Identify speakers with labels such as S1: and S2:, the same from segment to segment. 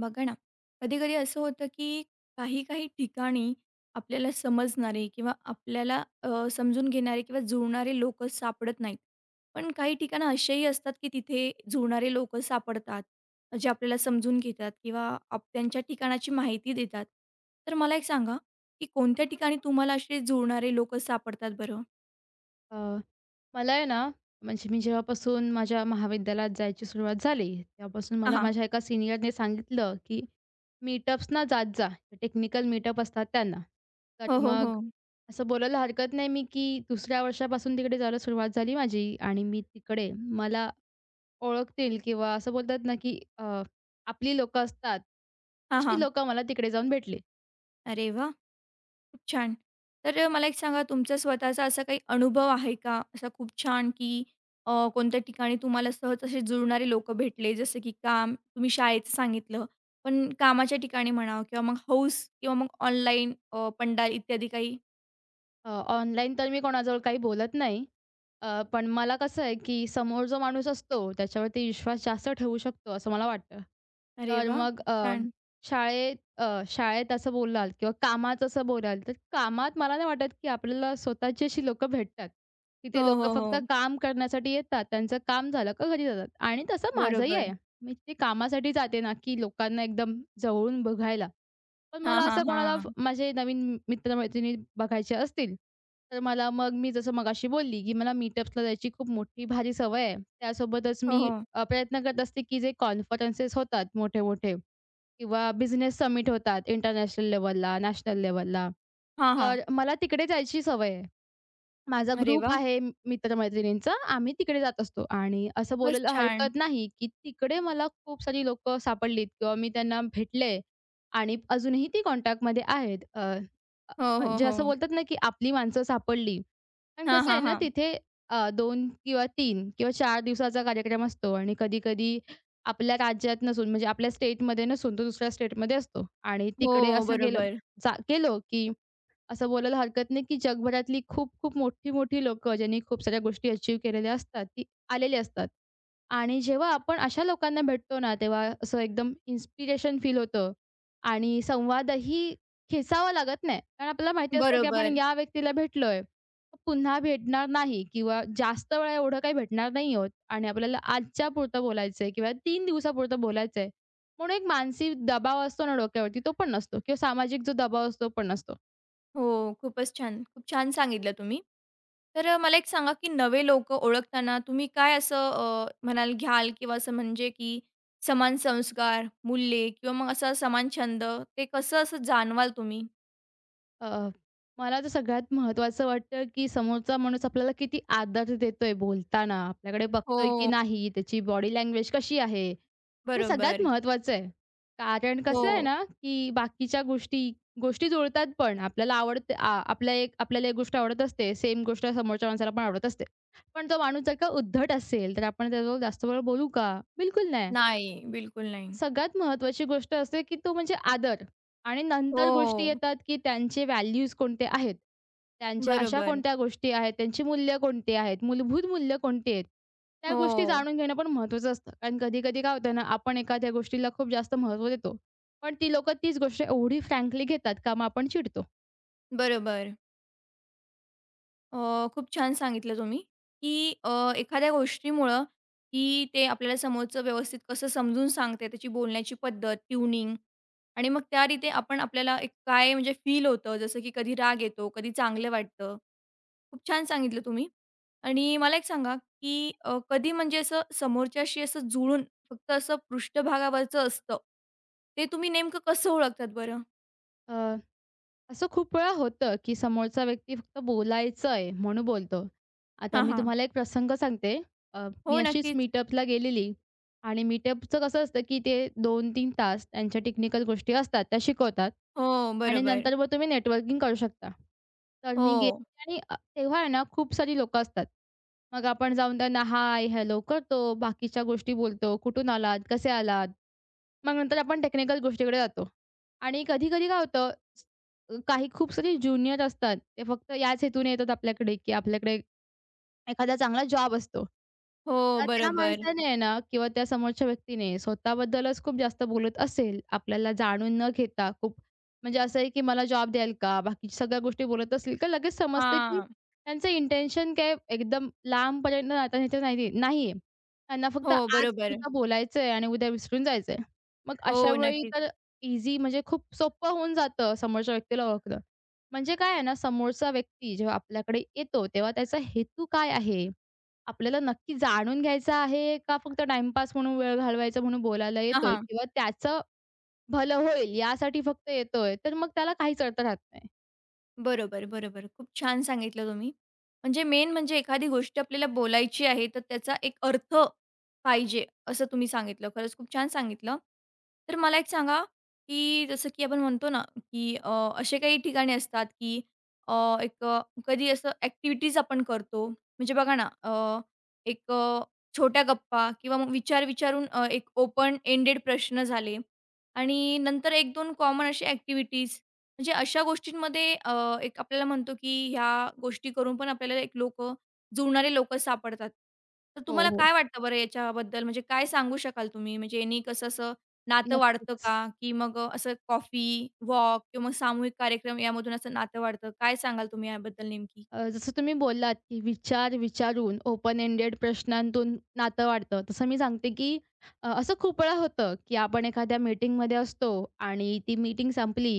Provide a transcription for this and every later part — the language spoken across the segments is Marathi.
S1: बघा ना, कधी-कधी असं होतं, की काही-काही ठिकाणी आपल्याला समजणारे किंवा आपल्याला समजून घेणारे किंवा जुळणारे लोकं सापडत नाहीत. पण काही ठिकाणं असेही असतात, की तिथे जुळणारे लोकं सापडतात, जे आपल्याला समजून घेतात किंवा आप त्यांच्या ठिकाणाची माहिती देतात. तर मला एक सांगा, की कोणत्या ठिकाणी तुम्हाला असे जुळणारे लोकं सापडतात बरं?
S2: अ, मला आहे ना, म्हणजे मी जेव्हापासून माझ्या महाविद्यालयात जायची सुरुवात झाली, तेव्हापासून
S1: हां,
S2: मला
S1: हां.
S2: माझ्या एका सीनियरने सांगितलं, की मीटअप्सना जात जा. टेक्निकल मीटअप असतात त्यांना. तर
S1: हो, हो, हो.
S2: मग असं बोलायला हरकत नाही मी, की दुसऱ्या वर्षापासून तिकडे जायला सुरुवात झाली माझी आणि मी तिकडे मला ओळखतील किंवा असं बोलतात ना, की आपली लोकं असतात,
S1: हां,
S2: अशी
S1: हां.
S2: लोकं मला तिकडे जाऊन भेटली.
S1: अरे वाह! खूप छान. तर मला एक सांगा, तुमचा स्वतःचा असा काही अनुभव आहे का? असा खूप छान की कोणत्या ठिकाणी तुम्हाला सहज असे जुळणारे लोकं भेटले, जसं की काम, तुम्ही शाळेचं सांगितलं, पण कामाच्या ठिकाणी म्हणा किंवा मग हौस किंवा मग ऑनलाईन पंडाल इत्यादी काही?
S2: ऑनलाईन तर मी कोणाजवळ काही बोलत नाही. पण मला कसं आहे, की समोर जो माणूस असतो त्याच्यावरती विश्वास जास्त ठेवू शकतो असं मला वाटतं.
S1: अरे
S2: तर
S1: वाह!
S2: मग
S1: खूप छान.
S2: शाळेत शाळेत असं बोलाल किंवा कामात असं बोलाल, तर कामात मला नाही वाटत, की आपल्याला स्वतःची अशी लोकं भेटतात, की
S1: हो,
S2: ते लोकं
S1: हो,
S2: फक्त
S1: हो.
S2: काम करण्यासाठी येतात. त्यांचं काम झालं का घरी जातात आणि तसं माझंही
S1: बरोबर.
S2: आहे. मी ते कामासाठी जाते ना, की लोकांना एकदम जवळून बघायला. पण
S1: हां,
S2: मला
S1: हां,
S2: असं कोणाला
S1: हां.
S2: माझे नवीन मित्र-मैत्रिणी बघायचे असतील, तर मला मग मी जसं मगाशी बोलली, की मला मीटअप्सला जायची खूप मोठी भारी सवय आहे. त्यासोबतच
S1: हो,
S2: मी
S1: हो.
S2: प्रयत्न करत असते, की जे कॉन्फरन्सेस होतात मोठे-मोठे किंवा बिझनेस समिट होतात इंटरनॅशनल लेव्हलला, नॅशनल लेव्हलला,
S1: हां, हां.
S2: तर मला तिकडे जायची सवय आहे. माझा
S1: अरे
S2: ग्रुप
S1: वाह!
S2: आहे मित्र-मैत्रिणींचा. आम्ही तिकडे जात असतो आणि असं
S1: खूपच
S2: बोलायला
S1: छान.
S2: हरकत नाही, की तिकडे मला खूप सारी लोकं सापडलीत किंवा मी त्यांना भेटले आणि अजूनही ती कॉन्टॅक्टमध्ये आहेत. अ, अ,
S1: हो, हो,
S2: म्हणजे
S1: हो.
S2: असं बोलतात ना, की आपली माणसं सापडली. पण
S1: हां,
S2: कसं आहे
S1: हां,
S2: ना,
S1: हां.
S2: तिथे 2 किंवा 3 किंवा 4 दिवसाचा कार्यक्रम असतो आणि कधी-कधी आपल्या राज्यात नसून म्हणजे आपल्या स्टेटमध्ये नसून तो दुसऱ्या स्टेटमध्ये असतो आणि
S1: हो,
S2: तिकडे
S1: हो.
S2: असं गेलं
S1: बरोबर.
S2: जा गेलो, की असं बोलायला हरकत नाही, की जगभरातली खूप-खूप मोठी-मोठी लोक ज्यांनी खूप साऱ्या गोष्टी अचीव्ह केलेल्या असतात, ती आलेली असतात. आणि जेव्हा आपण अशा लोकांना भेटतो ना, तेव्हा असं एकदम इन्स्पिरेशन फील होतं आणि संवादही खेचावा लागत नाही. कारण आपल्याला माहिती असतं, की आपण
S1: बरोबर.
S2: या व्यक्तीला भेटलोय, तर पुन्हा भेटणार नाही किंवा जास्त वेळा एवढं काही भेटणार नाही आहोत आणि आपल्याला आजच्यापुरतं बोलायचं आहे किंवा 3 दिवसापुरतं बोलायचं म्हणून एक मानसिक दबाव असतो ना डोक्यावरती, तो पण नसतो किंवा सामाजिक जो दबाव असतो, तो पण नसतो.
S1: हो, खूपच छान. खूप छान सांगितलं तुम्ही. तर मला एक सांगा, की नवे लोकं ओळखताना तुम्ही काय असं म्हणाल घ्याल किंवा असं म्हणजे की समान संस्कार, मूल्ये किंवा मग असा समान छंद, ते कसं असं जाणवाल तुम्ही?
S2: अ, मला तर सगळ्यात महत्त्वाचं वाटतं, की समोरचा माणूस आपल्याला किती आदर देतोय बोलताना, आपल्याकडे बघतोय की
S1: हो,
S2: नाही, त्याची बॉडी लँग्वेज कशी आहे, हे सगळ्यात
S1: बरोबर.
S2: महत्त्वाचं आहे. कारण कसं आहे
S1: हो.
S2: ना, की बाकीच्या गोष्टी गोष्टी जुळतात पण आपल्याला आवडते आ आपल्या एक आपल्याला एक गोष्ट आवडत असते, सेम गोष्ट समोरच्या माणसाला पण आवडत असते. पण तो माणूस जर का उद्धट असेल, तर आपण त्याच्याबरोबर जास्त वेळ बोलू का? बिलकुल नाही.
S1: नाही, बिलकुल नाही.
S2: सगळ्यात महत्त्वाची गोष्ट असते, की तो म्हणजे आदर आणि नंतर गोष्टी
S1: हो,
S2: येतात, की त्यांचे व्हॅल्यूज कोणते आहेत? त्यांच्या अशा
S1: बरोबर.
S2: कोणत्या गोष्टी आहेत? त्यांची मूल्य कोणती आहेत? मूलभूत मूल्य कोणती आहेत? त्या गोष्टी
S1: हो,
S2: जाणून घेणं पण महत्त्वाचं असतं. कारण कधी-कधी काय होतं ना, आपण एखाद्या गोष्टीला खूप जास्त महत्त्व देतो. पण ती लोकं तीच गोष्ट एवढी फ्रँकली घेतात का मग आपण चिडतो.
S1: बरोबर. खूप छान सांगितलं तुम्ही, की एखाद्या गोष्टीमुळं, की ते आपल्याला समोरचं व्यवस्थित कसं समजून सांगते, त्याची बोलण्याची पद्धत, ट्यूनिंग आणि मग त्या रीते आपण आपल्याला एक काय म्हणजे फील होतं, जसं की कधी राग येतो, कधी चांगलं वाटतं. खूप छान सांगितलं तुम्ही. आणि मला एक सांगा, की कधी म्हणजे असं समोरच्याशी असं जुळून फक्त असं पृष्ठभागावरचं असतं, ते तुम्ही नेमकं कसं ओळखतात बरं?
S2: असं खूप वेळा होतं, की समोरचा व्यक्ती फक्त बोलायचंय म्हणून बोलतो. आता
S1: हां,
S2: मी
S1: हां.
S2: तुम्हाला एक प्रसंग सांगते. मी
S1: हो,
S2: अशीच
S1: नक्कीच.
S2: मीटअपला गेलेली आणि मीटअपचं कसं असतं, की ते दोन तीन तास त्यांच्या टेक्निकल गोष्टी असतात, त्या शिकवतात
S1: हो,
S2: आणि
S1: बरोबर.
S2: नंतर मग तुम्ही नेटवर्किंग करू शकता. तर मी
S1: हो,
S2: गेले आणि तेव्हा आहे ना खूप सारी लोकं असतात. मग आपण जाऊन त्यांना हाय, हॅलो करतो, बाकीच्या गोष्टी बोलतो, कुठून आलात, कसे आलात. मग नंतर आपण टेक्निकल गोष्टीकडे जातो. आणि कधी-कधी काय होतं, काही खूप सारे ज्युनियर असतात. ते फक्त याच हेतूने येतात आपल्याकडे, की आपल्याकडे एखादा चांगला जॉब असतो.
S1: हो,
S2: आता त्या
S1: बरोबर.
S2: माणसाने आहे ना किंवा त्या समोरच्या व्यक्तीने स्वतःबद्दलच खूप जास्त बोलत असेल, आपल्याला जाणून न घेता खूप म्हणजे असं आहे, की "मला जॉब द्याल का?" बाकीच्या सगळ्या गोष्टी बोलत असतील, तर लगेच समजतं, की
S1: हां.
S2: त्यांचं इंटेन्शन काय एकदम लांबपर्यंत नात्याचं नाहीये. त्यांना फक्त
S1: हो, बरोबर.
S2: आजपुरतं बोलायचंय आणि उद्या विसरून जायचंय. मग अशा
S1: हो,
S2: वेळी
S1: नक्कीच.
S2: तर ईझी म्हणजे खूप सोपं होऊन जातं समोरच्या व्यक्तीला ओळखणं. म्हणजे काय आहे ना, समोरचा व्यक्ती जेव्हा आपल्याकडे येतो, तेव्हा त्याचा हेतू काय आहे? आपल्याला नक्की जाणून घ्यायचं आहे का फक्त टाईमपास म्हणून वेळ घालवायचा म्हणून बोलायला
S1: हां,
S2: येतोय
S1: हां.
S2: किंवा त्याचं भलं होईल यासाठी फक्त येतोय, तर मग त्याला काहीच अर्थ राहत नाही.
S1: बरोबर, बरोबर. खूप छान सांगितलं तुम्ही. म्हणजे मेन म्हणजे एखादी गोष्ट आपल्याला बोलायची आहे, तर त्याचा एक अर्थ पाहिजे, असं तुम्ही सांगितलं. खरंच खूप छान सांगितलं. तर मला एक सांगा, की जसं की आपण म्हणतो ना, की असे काही ठिकाणे असतात, की अ, एक अ, कधी असं ॲक्टिव्हिटीज आपण करतो. म्हणजे बघा ना, एक अ, छोट्या गप्पा किंवा मग विचार विचारून एक ओपन एंडेड प्रश्न झाले आणि नंतर 1-2 कॉमन असे ॲक्टिव्हिटीज म्हणजे अशा गोष्टींमध्ये एक आपल्याला म्हणतो की ह्या गोष्टी करून पण आपल्याला एक लोकं जुळणारे लोकं सापडतात. तर
S2: हो,
S1: तुम्हाला
S2: हो.
S1: काय वाटतं बरं याच्याबद्दल? म्हणजे काय सांगू शकाल तुम्ही? म्हणजे यांनी कसं असं नातं वाढतं
S2: नक्कीच.
S1: का? की मग असं कॉफी, वॉक किंवा मग सामूहिक कार्यक्रम यामधून असं नातं वाढतं? काय सांगाल तुम्ही याबद्दल नेमकी?
S2: जसं तुम्ही बोललात, की विचार विचारून ओपन एंडेड प्रश्नांतून नातं वाढतं. तसं मी सांगते, की असं खूप वेळा होतं, की आपण एखाद्या मीटिंगमध्ये असतो आणि ती मीटिंग संपली,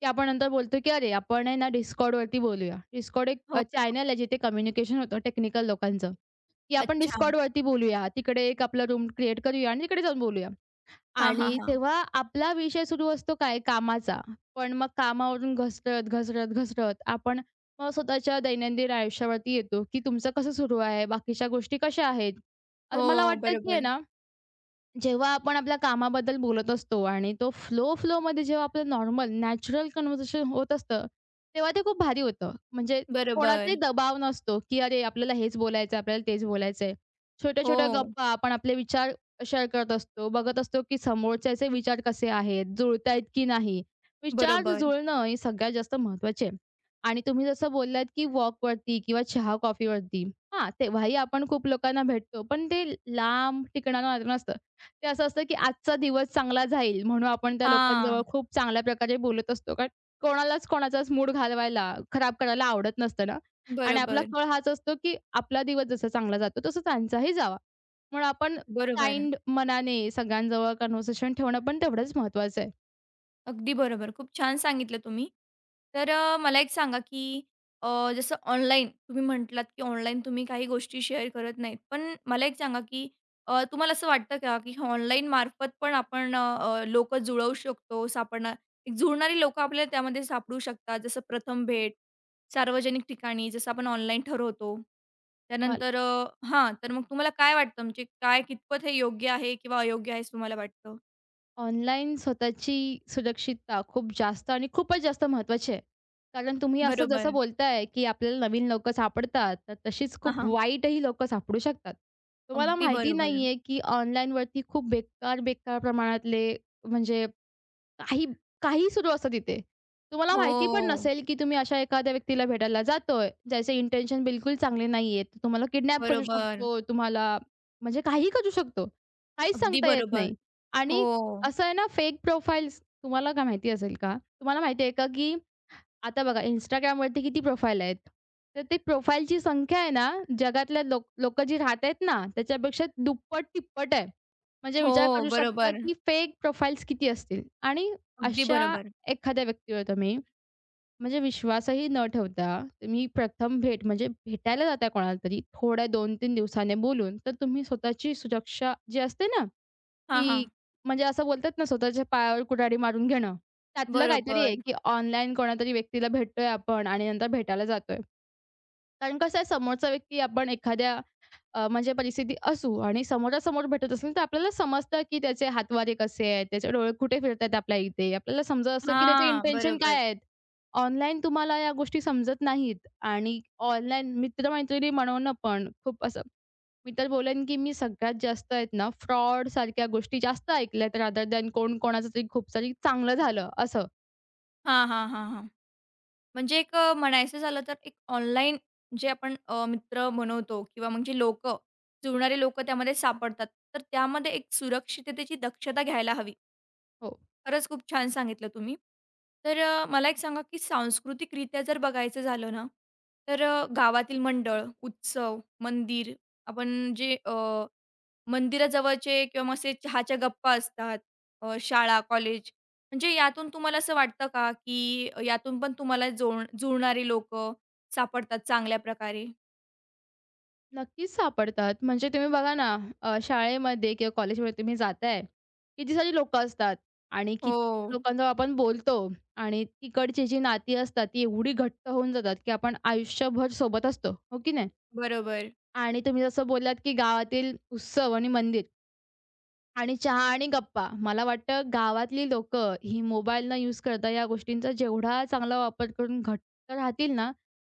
S2: की आपण नंतर बोलतो, की "अरे, आपण आहे ना Discordवरती बोलूया." Discord एक
S1: हो.
S2: चॅनल आहे जिथे कम्युनिकेशन होतं टेक्निकल लोकांचं, की आपण
S1: अच्छा.
S2: Discordवरती बोलूया. तिकडे एक आपला रूम क्रिएट करूया आणि तिकडे जाऊन बोलूया.
S1: हां, हां,
S2: आणि
S1: हां.
S2: तेव्हा आपला विषय सुरू असतो काय? कामाचा. पण मग कामावरून घसरत, घसरत, घसरत आपण मग स्वतःच्या दैनंदिन आयुष्यावरती येतो, की तुमचं कसं सुरू आहे? बाकीच्या गोष्टी कशा आहेत? मला
S1: हो,
S2: वाटतं, की आहे
S1: बरोबर.
S2: ना जेव्हा आपण आपल्या कामाबद्दल बोलत असतो आणि तो फ्लोमध्ये जेव्हा आपलं नॉर्मल नॅचरल कन्व्हर्सेशन होत असतं, तेव्हा ते खूप भारी होतं. म्हणजे कोणाचाही
S1: बरोबर.
S2: दबाव नसतो, की अरे आपल्याला हेच बोलायचं आहे, आपल्याला तेच बोलायचं आहे. छोट्या-छोट्या
S1: हो,
S2: गप्पा आपण आपले विचार शेअर करत असतो. बघत असतो, की समोरच्याचे विचार कसे आहेत, जुळतायत की नाही. विचार
S1: बरोबर.
S2: जुळणं हे सगळ्यात जास्त महत्त्वाचे आहे. आणि तुम्ही जसं बोललात, की वॉकवरती किंवा चहा, कॉफीवरती हां, तेव्हाही आपण खूप लोकांना भेटतो. पण ते लांब टिकणारं नातं ते असं असतं, की आजचा दिवस चांगला जाईल म्हणून आपण त्या लोकांजवळ
S1: हां.
S2: खूप चांगल्या प्रकारे बोलत असतो. कारण कोणालाच कोणाचाच मूड घालवायला, खराब करायला आवडत नसतं ना. आणि आपला
S1: बरोबर.
S2: कल हाच असतो, की आपला दिवस जसा चांगला जातो तसा त्यांचाही जावा. म्हणून आपण
S1: बरोबर.
S2: काइंड मनाने सगळ्यांजवळ कन्व्हर्सेशन ठेवणं पण तेवढंच महत्त्वाचं आहे.
S1: अगदी बरोबर. खूप छान सांगितलं तुम्ही. तर मला एक सांगा, की जसं ऑनलाईन तुम्ही म्हटलात, की ऑनलाईन तुम्ही काही गोष्टी शेअर करत नाहीत. पण मला एक सांगा, की तुम्हाला असं वाटतं का, की ऑनलाईन मार्फत पण आपण अ, अ, लोकं जुळवू शकतो, सापडणार एक जुळणारी लोकं आपल्याला त्यामध्ये सापडू शकतात. जसं प्रथम भेट, सार्वजनिक ठिकाणी जसं आपण ऑनलाईन ठरवतो.
S2: मला
S1: त्यानंतर हां, तर मग तुम्हाला काय वाटतं, म्हणजे काय कितपत हे योग्य आहे किंवा अयोग्य आहे असं तुम्हाला वाटतं?
S2: ऑनलाईन स्वतःची सुरक्षितता खूप जास्त आणि खूपच जास्त महत्त्वाची आहे. कारण तुम्ही असं जसं
S1: बरोबर.
S2: बोलताय, की आपल्याला नवीन लोकं सापडतात, तर तशीच
S1: हां,
S2: खूप
S1: हां.
S2: वाईटही लोकं सापडू शकतात. तुम्हाला
S1: अगदी
S2: माहिती
S1: बरोबर.
S2: नाहीये, की ऑनलाईनवरती खूप बेकार, बेकार प्रमाणातले म्हणजे काही काहीही सुरू असतं तिथे. तुम्हाला माहिती पण
S1: हो,
S2: नसेल, की तुम्ही अशा एखाद्या व्यक्तीला भेटायला जातोय, ज्याचे इंटेन्शन बिलकुल चांगले नाहीये. तो तुम्हाला किडनॅप करू
S1: बरोबर.
S2: शकतो, तुम्हाला म्हणजे काहीही करू शकतो. काहीच
S1: अगदी
S2: सांगता येत
S1: बरोबर.
S2: नाही
S1: हो,
S2: आणि असं आहे ना, फेक प्रोफाइल्स तुम्हाला काय माहिती असेल का? तुम्हाला माहिती आहे का, की आता बघा Instagramवरती किती प्रोफाईल आहेत. तर ते प्रोफाईलची संख्या आहे ना, जगातल्या लोकं जी राहतायत ना, त्याच्यापेक्षा दुप्पट-तिप्पट आहे. म्हणजे
S1: हो,
S2: विचार करू शकता,
S1: बरोबर.
S2: की फेक प्रोफाईल्स किती असतील आणि
S1: अगदी
S2: अशा
S1: बरोबर.
S2: एखाद्या व्यक्तीवर तुम्ही म्हणजे विश्वासही न ठेवता, तुम्ही प्रथम भेट म्हणजे भेटायला जाताय कोणाला तरी, थोड्या 2-3 दिवसाने बोलून, तर तुम्ही स्वतःची सुरक्षा जी असते ना,
S1: हां,
S2: ती
S1: हां.
S2: म्हणजे असं बोलतात ना, स्वतःच्या पायावर कुऱ्हाडी मारून घेणं. त्यातलं काहीतरी आहे,
S1: बरोबर.
S2: की ऑनलाईन कोणातरी व्यक्तीला भेटतोय आपण आणि नंतर भेटायला जातोय. कारण कसं आहे समोरचा व्यक्ती आपण एखाद्या म्हणजे परिस्थिती असू आणि समोरासमोर भेटत असेल, तर आपल्याला समजतं, की त्याचे हातवारे कसे आहेत, त्याचे डोळे कुठे फिरतायत आपल्या इथे. आपल्याला समजत असतं, की त्याचे
S1: हां,
S2: इंटेन्शन काय
S1: बरोबर.
S2: आहेत. ऑनलाईन तुम्हाला या गोष्टी समजत नाहीत आणि ऑनलाईन मित्र-मैत्रिणी बनवणं पण खूप असं मी तर बोलेन, की मी सगळ्यात जास्त आहेत ना, फ्रॉडसारख्या गोष्टी जास्त ऐकल्यात रादर दॅन कोण कोणाचं तरी खूप सारी चांगलं झालं असं.
S1: हां, हां, हां, हां. म्हणजे एक म्हणायचं झालं तर एक ऑनलाईन जे आपण मित्र बनवतो किंवा मग जे लोक, जुळणारे लोक त्यामध्ये सापडतात, तर त्यामध्ये एक सुरक्षिततेची दक्षता घ्यायला हवी.
S2: हो.
S1: खरंच खूप छान सांगितलं तुम्ही. तर मला एक सांगा, की सांस्कृतिकरित्या जर बघायचं झालं ना, तर गावातील मंडळ, उत्सव, मंदिर आपण जे मंदिराजवळचे किंवा मग असे चहाच्या गप्पा असतात, शाळा, कॉलेज म्हणजे यातून तुम्हाला असं वाटतं का, की यातून पण तुम्हाला जोड जुळणारी लोकं सापडतात चांगल्या प्रकारे?
S2: नक्कीच सापडतात. म्हणजे तुम्ही बघा ना, शाळेमध्ये किंवा कॉलेजमध्ये तुम्ही जाताय, किती सारी लोकं असतात आणि किती
S1: हो,
S2: लोकांजवळ आपण बोलतो आणि तिकडची जी नाती असतात, ती एवढी घट्ट होऊन जातात, की आपण आयुष्यभर सोबत असतो, हो की नाही?
S1: बरोबर.
S2: आणि तुम्ही जसं बोललात, की गावातील उत्सव आणि मंदिर आणि चहा आणि गप्पा. मला वाटतं गावातली लोक ही मोबाईल न यूज करता या गोष्टींचा जेवढा चांगला वापर करून घट्ट राहतील ना,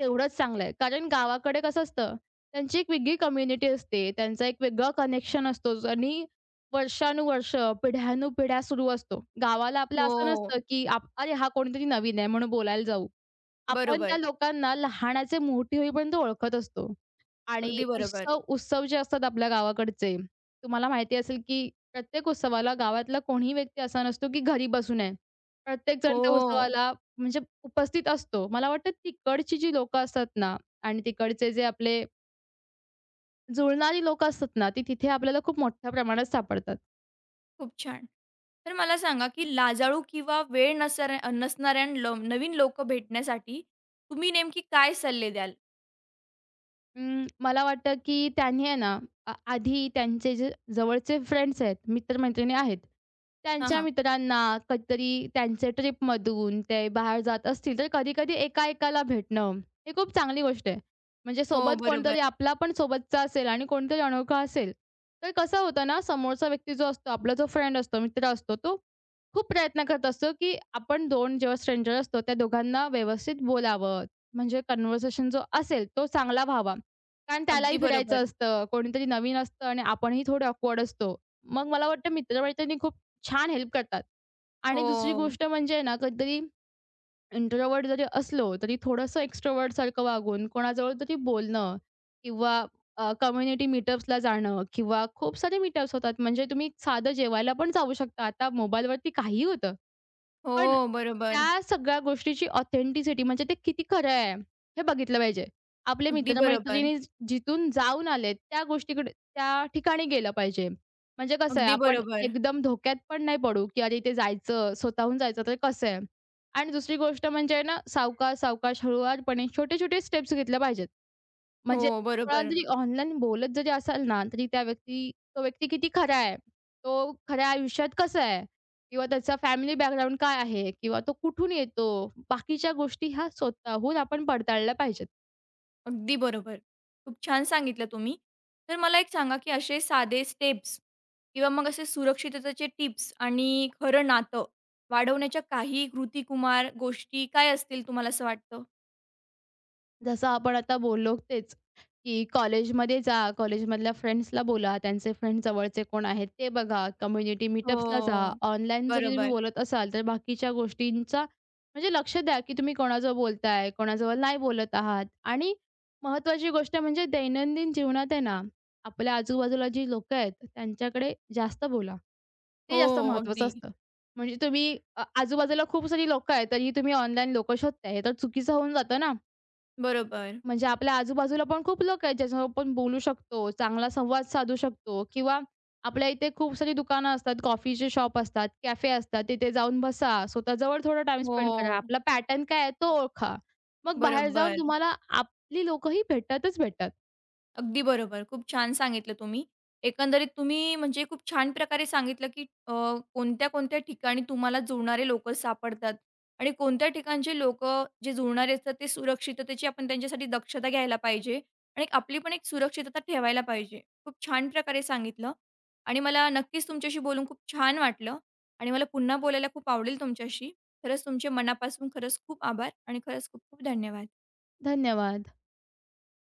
S2: तेवढंच चांगलं आहे. कारण गावाकडे कसं असतं, त्यांची एक वेगळी कम्युनिटी असते, त्यांचा एक वेगळा कनेक्शन असतो आणि वर्षानुवर्ष, पिढ्यानुपिढ्या सुरू असतो. गावाला आपलं असं
S1: हो,
S2: नसतं, की आप "अरे, हा कोणीतरी नवीन आहे म्हणून बोलायला जाऊ." आपण त्या
S1: बरोबर.
S2: लोकांना लहानाचे मोठे होईपर्यंत ओळखत असतो. आणि
S1: अगदी बरोबर.
S2: उत्सव उत्सव जे असतात आपल्या गावाकडचे, तुम्हाला माहिती असेल, की प्रत्येक उत्सवाला गावातला कोणीही व्यक्ती असा नसतो, की घरी बसून आहे. प्रत्येकजण त्या
S1: हो.
S2: उत्सवाला म्हणजे उपस्थित असतो. मला वाटतं तिकडची जी लोकं असतात ना आणि तिकडचे जे आपले जुळणारी लोकं असतात ना, ती तिथे आपल्याला खूप मोठ्या प्रमाणात सापडतात.
S1: खूप छान. तर मला सांगा, की लाजाळू किंवा वेळ नसऱ्या नसणाऱ्यांना नवीन लोकं भेटण्यासाठी तुम्ही नेमकी काय सल्ले द्याल?
S2: मला वाटतं की त्यांनी आहे ना आधी त्यांचे जे जवळचे फ्रेंड्स आहेत, मित्र-मैत्रिणी आहेत,
S1: हां,
S2: त्यांच्या
S1: हां.
S2: मित्रांना कधीतरी त्यांचे ट्रिपमधून ते बाहेर जात असतील, तर कधी-कधी एका-एकाला भेटणं, ही खूप चांगली गोष्ट आहे. म्हणजे
S1: हो,
S2: सोबत
S1: बरोबर.
S2: कोणतरी आपला पण सोबतचा असेल आणि कोणतरी अनोखा असेल, तर कसं होतं ना, समोरचा व्यक्ती जो असतो, आपला जो फ्रेंड असतो, मित्र असतो, तो खूप प्रयत्न करत असतो की आपण 2 जेव्हा स्ट्रेंजर असतो, त्या दोघांना व्यवस्थित बोलावं, म्हणजे कन्व्हर्सेशन जो असेल, तो चांगला व्हावा. कारण त्यालाही
S1: अगदी
S2: फिरायचं
S1: बरोबर.
S2: असतं, कोणीतरी नवीन असतं आणि आपणही थोडे ऑकवर्ड असतो. मग मला वाटतं मित्रमैत्रिणी खूप छान हेल्प करतात. आणि दुसरी
S1: हो.
S2: गोष्ट म्हणजे ना, कधीतरी इंट्रोव्हर्ट जरी असलो, तरी थोडंसं एक्स्ट्रोव्हर्टसारखं वागून कोणाजवळ तरी बोलणं किंवा कम्युनिटी मीटअप्सला जाणं किंवा खूप सारे मीटअप्स होतात. म्हणजे तुम्ही साधं जेवायला पण जाऊ शकता. आता मोबाईलवरती काहीही होतं. पण
S1: हो, बरोबर.
S2: त्या सगळ्या गोष्टीची ऑथेंटिसिटी म्हणजे ते किती खरं आहे, हे बघितलं पाहिजे. आपले
S1: अगदी बरोबर.
S2: मित्र-मैत्रिणी जिथून जाऊन आलेत, त्या गोष्टीकडे त्या ठिकाणी गेलं पाहिजे. म्हणजे कसं आहे,
S1: अगदी
S2: आपण
S1: बरोबर.
S2: एकदम धोक्यात पण नाही पडू, की अरे, इथे जायचं, स्वतःहून जायचं तर कसं आहे? आणि दुसरी गोष्ट म्हणजे ना, सावकाश-सावकाश, हळूवारपणे छोटे-छोटे स्टेप्स घेतल्या पाहिजेत.
S1: हो,
S2: म्हणजे थोडा हो.
S1: बरोबर.
S2: जरी ऑनलाईन बोलत जरी असाल ना, तरी त्या व्यक्ती तो व्यक्ती किती खरा आहे? तो खऱ्या आयुष्यात कसा आहे? किंवा त्याचा फॅमिली बॅकग्राऊंड काय आहे? किंवा तो कुठून येतो? बाकीच्या गोष्टी ह्या स्वतःहून आपण पडताळल्या पाहिजेत.
S1: अगदी बरोबर. खूप छान सांगितलं तुम्ही. तर मला एक सांगा, की असे साधे स्टेप्स किंवा मग असे सुरक्षिततेचे टिप्स आणि खरं नातं वाढवण्याच्या काही कृतिकुमार गोष्टी काय असतील तुम्हाला असं वाटतं?
S2: जसं आपण आता बोललो तेच, की कॉलेजमध्ये जा, कॉलेजमधल्या फ्रेंड्सला बोला, त्यांचे फ्रेंड जवळचे कोण आहेत ते बघा, कम्युनिटी मीटअप्सला जा.
S1: हो.
S2: ऑनलाईन जरी तुम्ही
S1: बरोबर.
S2: बोलत असाल, तर बाकीच्या गोष्टींचा म्हणजे लक्ष द्या, की तुम्ही कोणाजवळ बोलताय, कोणाजवळ नाही बोलत आहात. आणि महत्त्वाची गोष्ट म्हणजे दैनंदिन जीवनात आहे ना, आपल्या आजूबाजूला जी लोकं आहेत, त्यांच्याकडे जास्त बोला. ते
S1: हो,
S2: जास्त
S1: अगदी.
S2: महत्वाचं असतं. म्हणजे तुम्ही आजूबाजूला खूप सारी लोकं आहेत, तरीही तुम्ही ऑनलाईन लोकं शोधताय, हे तर चुकीचं होऊन जातं ना.
S1: बरोबर.
S2: म्हणजे आपल्या आजूबाजूला पण खूप लोकं आहेत, ज्याच्यासोबत आपण बोलू शकतो, चांगला संवाद साधू शकतो किंवा आपल्या इथे खूप सारी दुकानं असतात, कॉफीचे शॉप असतात, कॅफे असतात, तिथे जाऊन बसा. स्वतःजवळ थोडा टाईम स्पेंड करा.
S1: हो,
S2: आपला पॅटर्न काय आहे तो ओळखा. मग बाहेर जाऊन
S1: बरोबर.
S2: तुम्हाला आपली लोकंही भेटतात.
S1: अगदी बरोबर. खूप छान सांगितलं तुम्ही. एकंदरीत तुम्ही म्हणजे खूप छान प्रकारे सांगितलं, की अ, कोणत्या-कोणत्या ठिकाणी तुम्हाला जुळणारे लोकं सापडतात आणि कोणत्या ठिकाणचे लोकं जे जुळणारे असतात ते सुरक्षिततेची आपण त्यांच्यासाठी दक्षता घ्यायला पाहिजे आणि आपली पण एक सुरक्षितता ठेवायला पाहिजे. खूप छान प्रकारे सांगितलं आणि मला नक्कीच तुमच्याशी बोलून खूप छान वाटलं आणि मला पुन्हा बोलायला खूप आवडेल तुमच्याशी. खरंच तुमचे मनापासून खरंच खूप आभार आणि खरंच खूप खूप धन्यवाद.
S2: धन्यवाद.